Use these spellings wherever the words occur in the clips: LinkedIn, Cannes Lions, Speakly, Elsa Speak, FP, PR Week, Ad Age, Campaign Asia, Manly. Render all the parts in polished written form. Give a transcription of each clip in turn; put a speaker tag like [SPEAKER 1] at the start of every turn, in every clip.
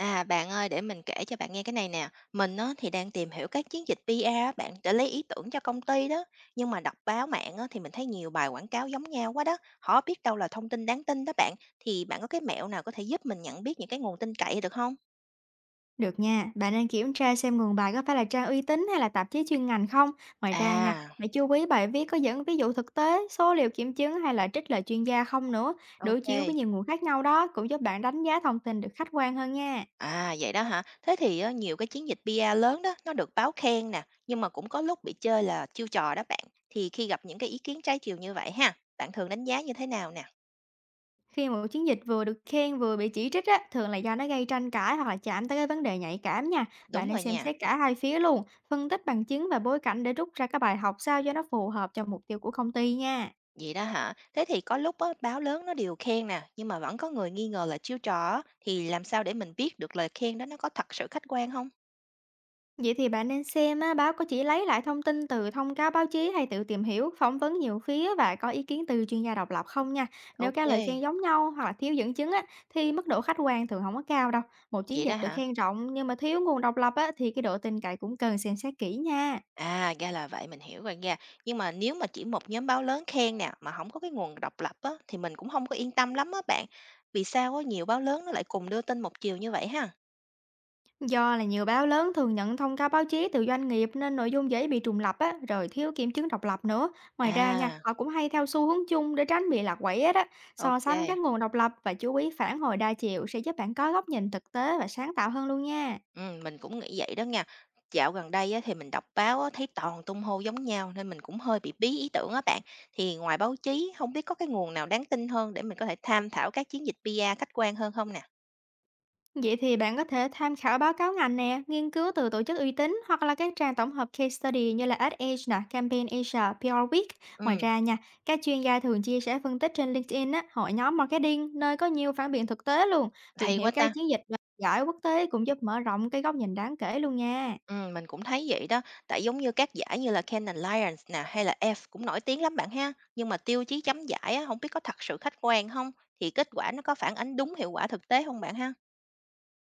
[SPEAKER 1] À, bạn ơi, để mình kể cho bạn nghe cái này nè. Mình á, thì đang tìm hiểu các chiến dịch PR á, bạn để lấy ý tưởng cho công ty đó. Nhưng mà đọc báo mạng á, thì mình thấy nhiều bài quảng cáo giống nhau quá đó. Họ biết đâu là thông tin đáng tin đó bạn. Thì bạn có cái mẹo nào có thể giúp mình nhận biết những cái nguồn tin cậy được không?
[SPEAKER 2] Được nha, bạn nên kiểm tra xem nguồn bài có phải là trang uy tín hay là tạp chí chuyên ngành không. Ngoài ra nha,
[SPEAKER 1] À,
[SPEAKER 2] hãy chú ý bài viết có dẫn ví dụ thực tế, số liệu kiểm chứng hay là trích lời chuyên gia không nữa. Đối chiếu với
[SPEAKER 1] ok.
[SPEAKER 2] nhiều nguồn khác nhau đó cũng giúp bạn đánh giá thông tin được khách quan hơn nha.
[SPEAKER 1] À, vậy đó hả? Thế thì á, nhiều cái chiến dịch PR lớn đó, nó được báo khen nè. Nhưng mà cũng có lúc bị chơi là chiêu trò đó bạn. Thì khi gặp những cái ý kiến trái chiều như vậy ha, bạn thường đánh giá như thế nào nè?
[SPEAKER 2] Khi một chiến dịch vừa được khen vừa bị chỉ trích á, thường là do nó gây tranh cãi hoặc là chạm tới cái vấn đề nhạy cảm nha. Bạn
[SPEAKER 1] Đúng
[SPEAKER 2] nên
[SPEAKER 1] rồi
[SPEAKER 2] xem
[SPEAKER 1] nha.
[SPEAKER 2] xét cả hai phía luôn, phân tích bằng chứng và bối cảnh để rút ra cái bài học sao cho nó phù hợp cho mục tiêu của công ty nha.
[SPEAKER 1] Vậy đó hả? Thế thì có lúc á, báo lớn nó đều khen nè, nhưng mà vẫn có người nghi ngờ là chiêu trò á, thì làm sao để mình biết được lời khen đó nó có thật sự khách quan không?
[SPEAKER 2] Vậy thì bạn nên xem á, báo có chỉ lấy lại thông tin từ thông cáo báo chí hay tự tìm hiểu, phỏng vấn nhiều phía và có ý kiến từ chuyên gia độc lập không nha. Nếu
[SPEAKER 1] Ok,
[SPEAKER 2] các lời khen giống nhau hoặc là thiếu dẫn chứng á, thì mức độ khách quan thường không có cao đâu. Một chiến
[SPEAKER 1] vậy
[SPEAKER 2] dịch
[SPEAKER 1] đó
[SPEAKER 2] được
[SPEAKER 1] hả?
[SPEAKER 2] khen rộng nhưng mà thiếu nguồn độc lập á, thì cái độ tin cậy cũng cần xem xét kỹ nha.
[SPEAKER 1] À, ra là vậy mình hiểu rồi nha. Nhưng mà nếu mà chỉ một nhóm báo lớn khen nè mà không có cái nguồn độc lập á, thì mình cũng không có yên tâm lắm á bạn. Vì sao có nhiều báo lớn nó lại cùng đưa tin một chiều như vậy ha?
[SPEAKER 2] Do là nhiều báo lớn thường nhận thông cáo báo chí từ doanh nghiệp nên nội dung dễ bị trùng lặp á, rồi thiếu kiểm chứng độc lập nữa. Ngoài ra nha,
[SPEAKER 1] À,
[SPEAKER 2] họ cũng hay theo xu hướng chung để tránh bị lạc quẻ đó. So
[SPEAKER 1] ok.
[SPEAKER 2] sánh các nguồn độc lập và chú ý phản hồi đa chiều sẽ giúp bạn có góc nhìn thực tế và sáng tạo hơn luôn nha.
[SPEAKER 1] Mình cũng nghĩ vậy đó nha. Dạo gần đây á, thì mình đọc báo á, thấy toàn tung hô giống nhau nên mình cũng hơi bị bí ý tưởng á bạn. Thì ngoài báo chí, không biết có cái nguồn nào đáng tin hơn để mình có thể tham khảo các chiến dịch PR khách quan hơn không nè?
[SPEAKER 2] Vậy thì bạn có thể tham khảo báo cáo ngành nè, nghiên cứu từ tổ chức uy tín hoặc là các trang tổng hợp case study như là Ad Age nè, Campaign Asia, PR Week. Ngoài
[SPEAKER 1] Ừm,
[SPEAKER 2] ra nha, các chuyên gia thường chia sẻ phân tích trên LinkedIn á, hội nhóm marketing nơi có nhiều phản biện thực tế luôn. Tìm
[SPEAKER 1] hay
[SPEAKER 2] hiểu
[SPEAKER 1] quá
[SPEAKER 2] các
[SPEAKER 1] ta.
[SPEAKER 2] chiến dịch và giải quốc tế cũng giúp mở rộng cái góc nhìn đáng kể luôn nha.
[SPEAKER 1] Mình cũng thấy vậy đó. Tại giống như các giải như là Cannes Lions nè hay là F cũng nổi tiếng lắm bạn ha. Nhưng mà tiêu chí chấm giải á, không biết có thật sự khách quan không? Thì kết quả nó có phản ánh đúng hiệu quả thực tế không bạn ha?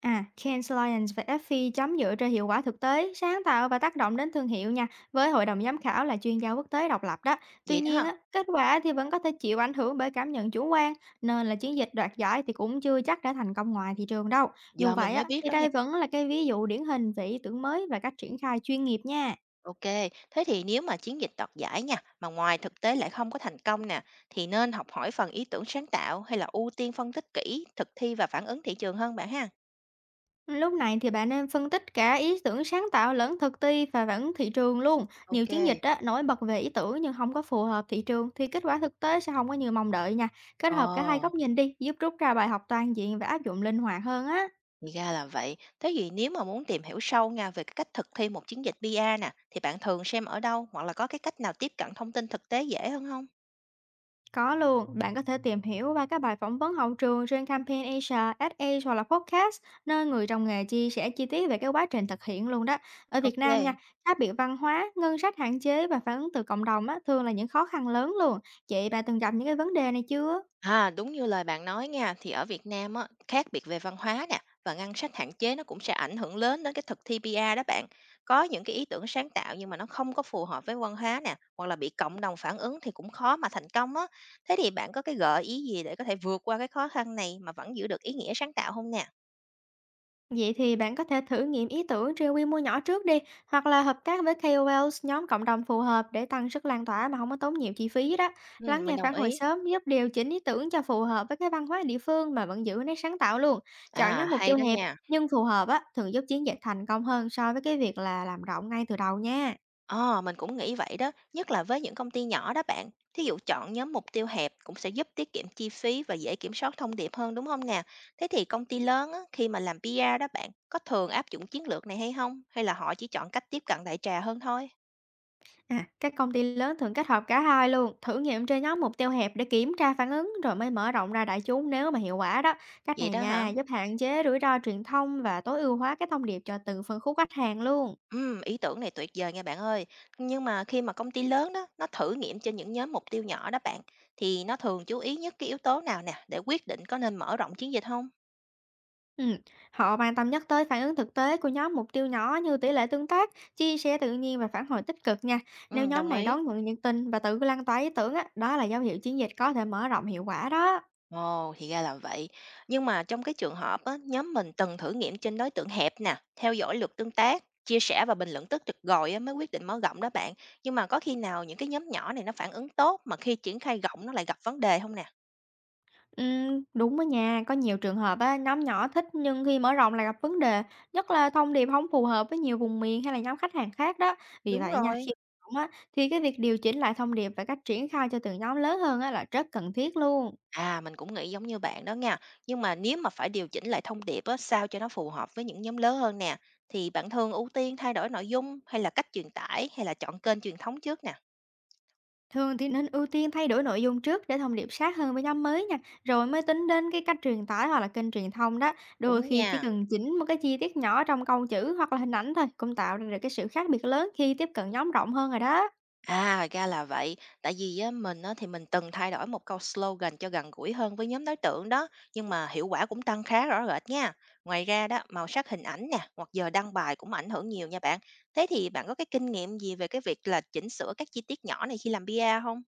[SPEAKER 2] À, Cannes Lions và FP chấm dựa trên hiệu quả thực tế, sáng tạo và tác động đến thương hiệu nha, với hội đồng giám khảo là chuyên gia quốc tế độc lập đó. Tuy
[SPEAKER 1] Vậy
[SPEAKER 2] nhiên
[SPEAKER 1] đó.
[SPEAKER 2] á, kết quả thì vẫn có thể chịu ảnh hưởng bởi cảm nhận chủ quan, nên là chiến dịch đoạt giải thì cũng chưa chắc đã thành công ngoài thị trường đâu. Dù
[SPEAKER 1] Giờ mình
[SPEAKER 2] vậy á,
[SPEAKER 1] mới biết
[SPEAKER 2] thì
[SPEAKER 1] đó nha.
[SPEAKER 2] đây vẫn là cái ví dụ điển hình về ý tưởng mới và cách triển khai chuyên nghiệp nha.
[SPEAKER 1] OK, thế thì nếu mà chiến dịch đoạt giải nha, mà ngoài thực tế lại không có thành công nè, thì nên học hỏi phần ý tưởng sáng tạo hay là ưu tiên phân tích kỹ, thực thi và phản ứng thị trường hơn bạn ha?
[SPEAKER 2] Lúc này thì bạn nên phân tích cả ý tưởng sáng tạo lẫn thực ti và vẫn thị trường luôn. Nhiều chiến dịch
[SPEAKER 1] OK,
[SPEAKER 2] á, nổi bật về ý tưởng nhưng không có phù hợp thị trường thì kết quả thực tế sẽ không có như mong đợi nha. Kết
[SPEAKER 1] ồ,
[SPEAKER 2] hợp cả hai góc nhìn đi, giúp rút ra bài học toàn diện và áp dụng linh hoạt hơn á.
[SPEAKER 1] thì ra là vậy. Thế thì nếu mà muốn tìm hiểu sâu nha về cái cách thực thi một chiến dịch PR nè, thì bạn thường xem ở đâu hoặc là có cái cách nào tiếp cận thông tin thực tế dễ hơn không?
[SPEAKER 2] Có luôn, bạn có thể tìm hiểu qua các bài phỏng vấn hậu trường trên Campaign Asia, SA hoặc là podcast, nơi người trong nghề chia sẻ chi tiết về cái quá trình thực hiện luôn đó. Ở Việt Nam nha,
[SPEAKER 1] OK.
[SPEAKER 2] khác biệt văn hóa, ngân sách hạn chế và phản ứng từ cộng đồng á, thường là những khó khăn lớn luôn. Chị, bà từng gặp những cái vấn đề này chưa?
[SPEAKER 1] À, đúng như lời bạn nói nha, thì ở Việt Nam á, khác biệt về văn hóa nè và ngân sách hạn chế nó cũng sẽ ảnh hưởng lớn đến cái thực thi PR đó bạn. Có những cái ý tưởng sáng tạo nhưng mà nó không có phù hợp với văn hóa nè, hoặc là bị cộng đồng phản ứng thì cũng khó mà thành công á. Thế thì bạn có cái gợi ý gì để có thể vượt qua cái khó khăn này mà vẫn giữ được ý nghĩa sáng tạo không nè?
[SPEAKER 2] Vậy thì bạn có thể thử nghiệm ý tưởng trên quy mô nhỏ trước đi, hoặc là hợp tác với KOLs, nhóm cộng đồng phù hợp để tăng sức lan tỏa mà không có tốn nhiều chi phí đó.
[SPEAKER 1] Ừ,
[SPEAKER 2] Lắng
[SPEAKER 1] mình
[SPEAKER 2] nghe phản
[SPEAKER 1] đồng
[SPEAKER 2] hồi
[SPEAKER 1] ý.
[SPEAKER 2] sớm giúp điều chỉnh ý tưởng cho phù hợp với cái văn hóa địa phương mà vẫn giữ nét sáng tạo luôn. Chọn
[SPEAKER 1] À,
[SPEAKER 2] nhóm mục
[SPEAKER 1] hay
[SPEAKER 2] tiêu
[SPEAKER 1] đó
[SPEAKER 2] hẹp
[SPEAKER 1] nha.
[SPEAKER 2] nhưng phù hợp á, thường giúp chiến dịch thành công hơn so với cái việc là làm rộng ngay từ đầu nha.
[SPEAKER 1] Ờ, mình cũng nghĩ vậy đó, nhất là với những công ty nhỏ đó bạn. Thí dụ chọn nhóm mục tiêu hẹp cũng sẽ giúp tiết kiệm chi phí và dễ kiểm soát thông điệp hơn đúng không nè? Thế thì công ty lớn á, khi mà làm PR đó bạn, có thường áp dụng chiến lược này hay không? Hay là họ chỉ chọn cách tiếp cận đại trà hơn thôi?
[SPEAKER 2] À, các công ty lớn thường kết hợp cả hai luôn, thử nghiệm trên nhóm mục tiêu hẹp để kiểm tra phản ứng rồi mới mở rộng ra đại chúng nếu mà hiệu quả đó. Cách
[SPEAKER 1] Vậy
[SPEAKER 2] này
[SPEAKER 1] đó
[SPEAKER 2] nha,
[SPEAKER 1] hả?
[SPEAKER 2] giúp hạn chế rủi ro truyền thông và tối ưu hóa cái thông điệp cho từng phân khúc khách hàng luôn.
[SPEAKER 1] Ừ, ý tưởng này tuyệt vời nha bạn ơi. Nhưng mà khi mà công ty lớn đó, nó thử nghiệm trên những nhóm mục tiêu nhỏ đó bạn, thì nó thường chú ý nhất cái yếu tố nào nè để quyết định có nên mở rộng chiến dịch không?
[SPEAKER 2] Ừ, họ quan tâm nhất tới phản ứng thực tế của nhóm mục tiêu nhỏ như tỷ lệ tương tác, chia sẻ tự nhiên và phản hồi tích cực nha. Nếu
[SPEAKER 1] Ừ,
[SPEAKER 2] nhóm
[SPEAKER 1] đồng
[SPEAKER 2] này
[SPEAKER 1] ý.
[SPEAKER 2] đón nhận nhiệt tình và tự lan tỏa ý tưởng á, đó là dấu hiệu chiến dịch có thể mở rộng hiệu quả đó.
[SPEAKER 1] Ồ, thì ra là vậy. Nhưng mà trong cái trường hợp á, nhóm mình từng thử nghiệm trên đối tượng hẹp nè, theo dõi lượt tương tác, chia sẻ và bình luận tích cực rồi á, mới quyết định mở rộng đó bạn. Nhưng mà có khi nào những cái nhóm nhỏ này nó phản ứng tốt mà khi triển khai rộng nó lại gặp vấn đề không nè?
[SPEAKER 2] Đúng đó nha, có nhiều trường hợp á, nhóm nhỏ thích nhưng khi mở rộng lại gặp vấn đề, nhất là thông điệp không phù hợp với nhiều vùng miền hay là nhóm khách hàng khác đó. Vì
[SPEAKER 1] Đúng
[SPEAKER 2] vậy nha,
[SPEAKER 1] rồi.
[SPEAKER 2] khi mở rộng á, thì cái việc điều chỉnh lại thông điệp và cách triển khai cho từng nhóm lớn hơn á, là rất cần thiết luôn.
[SPEAKER 1] À, mình cũng nghĩ giống như bạn đó nha. Nhưng mà nếu mà phải điều chỉnh lại thông điệp á, sao cho nó phù hợp với những nhóm lớn hơn nè, thì bạn thường ưu tiên thay đổi nội dung hay là cách truyền tải hay là chọn kênh truyền thống trước nè?
[SPEAKER 2] Thường thì nên ưu tiên thay đổi nội dung trước để thông điệp sát hơn với nhóm mới nha, rồi mới tính đến cái cách truyền tải hoặc là kênh truyền thông đó. Đôi
[SPEAKER 1] Đúng
[SPEAKER 2] khi chỉ
[SPEAKER 1] nha.
[SPEAKER 2] cần chỉnh một cái chi tiết nhỏ trong câu chữ hoặc là hình ảnh thôi cũng tạo ra được cái sự khác biệt lớn khi tiếp cận nhóm rộng hơn rồi đó.
[SPEAKER 1] À, ra là vậy. Tại vì á, mình á, thì mình từng thay đổi một câu slogan cho gần gũi hơn với nhóm đối tượng đó, nhưng mà hiệu quả cũng tăng khá rõ rệt nha. Ngoài ra đó, màu sắc hình ảnh nè, hoặc giờ đăng bài cũng ảnh hưởng nhiều nha bạn. Thế thì bạn có cái kinh nghiệm gì về cái việc là chỉnh sửa các chi tiết nhỏ này khi làm PR không?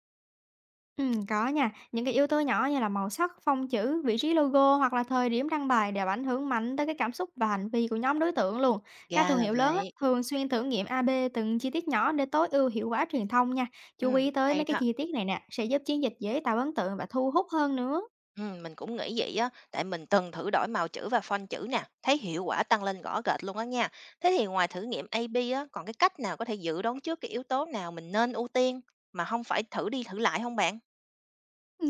[SPEAKER 2] Có nha. Những cái yếu tố nhỏ như là màu sắc, phông chữ, vị trí logo hoặc là thời điểm đăng bài đều ảnh hưởng mạnh tới cái cảm xúc và hành vi của nhóm đối tượng luôn. Các
[SPEAKER 1] Ra
[SPEAKER 2] thương
[SPEAKER 1] là
[SPEAKER 2] hiệu lớn á,
[SPEAKER 1] vậy.
[SPEAKER 2] thường xuyên thử nghiệm AB từng chi tiết nhỏ để tối ưu hiệu quả truyền thông nha. Chú
[SPEAKER 1] Ừ,
[SPEAKER 2] ý tới mấy
[SPEAKER 1] hay
[SPEAKER 2] cái
[SPEAKER 1] đó.
[SPEAKER 2] chi tiết này nè, sẽ giúp chiến dịch dễ tạo ấn tượng và thu hút hơn nữa.
[SPEAKER 1] Mình cũng nghĩ vậy á, tại mình từng thử đổi màu chữ và font chữ nè, thấy hiệu quả tăng lên rõ rệt luôn á nha. Thế thì ngoài thử nghiệm A/B á, còn cái cách nào có thể dự đoán trước cái yếu tố nào mình nên ưu tiên mà không phải thử đi thử lại không bạn?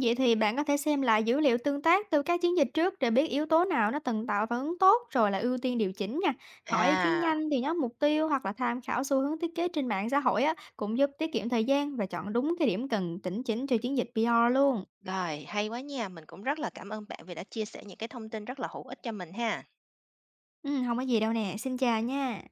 [SPEAKER 2] Vậy thì bạn có thể xem lại dữ liệu tương tác từ các chiến dịch trước để biết yếu tố nào nó từng tạo phản ứng tốt rồi là ưu tiên điều chỉnh nha. Hỏi ý kiến
[SPEAKER 1] À,
[SPEAKER 2] nhanh thì nhóm mục tiêu hoặc là tham khảo xu hướng thiết kế trên mạng xã hội á, cũng giúp tiết kiệm thời gian và chọn đúng cái điểm cần chỉnh chỉnh cho chiến dịch PR luôn.
[SPEAKER 1] rồi, hay quá nha, mình cũng rất là cảm ơn bạn vì đã chia sẻ những cái thông tin rất là hữu ích cho mình ha.
[SPEAKER 2] Ừ, không có gì đâu nè, xin chào nha.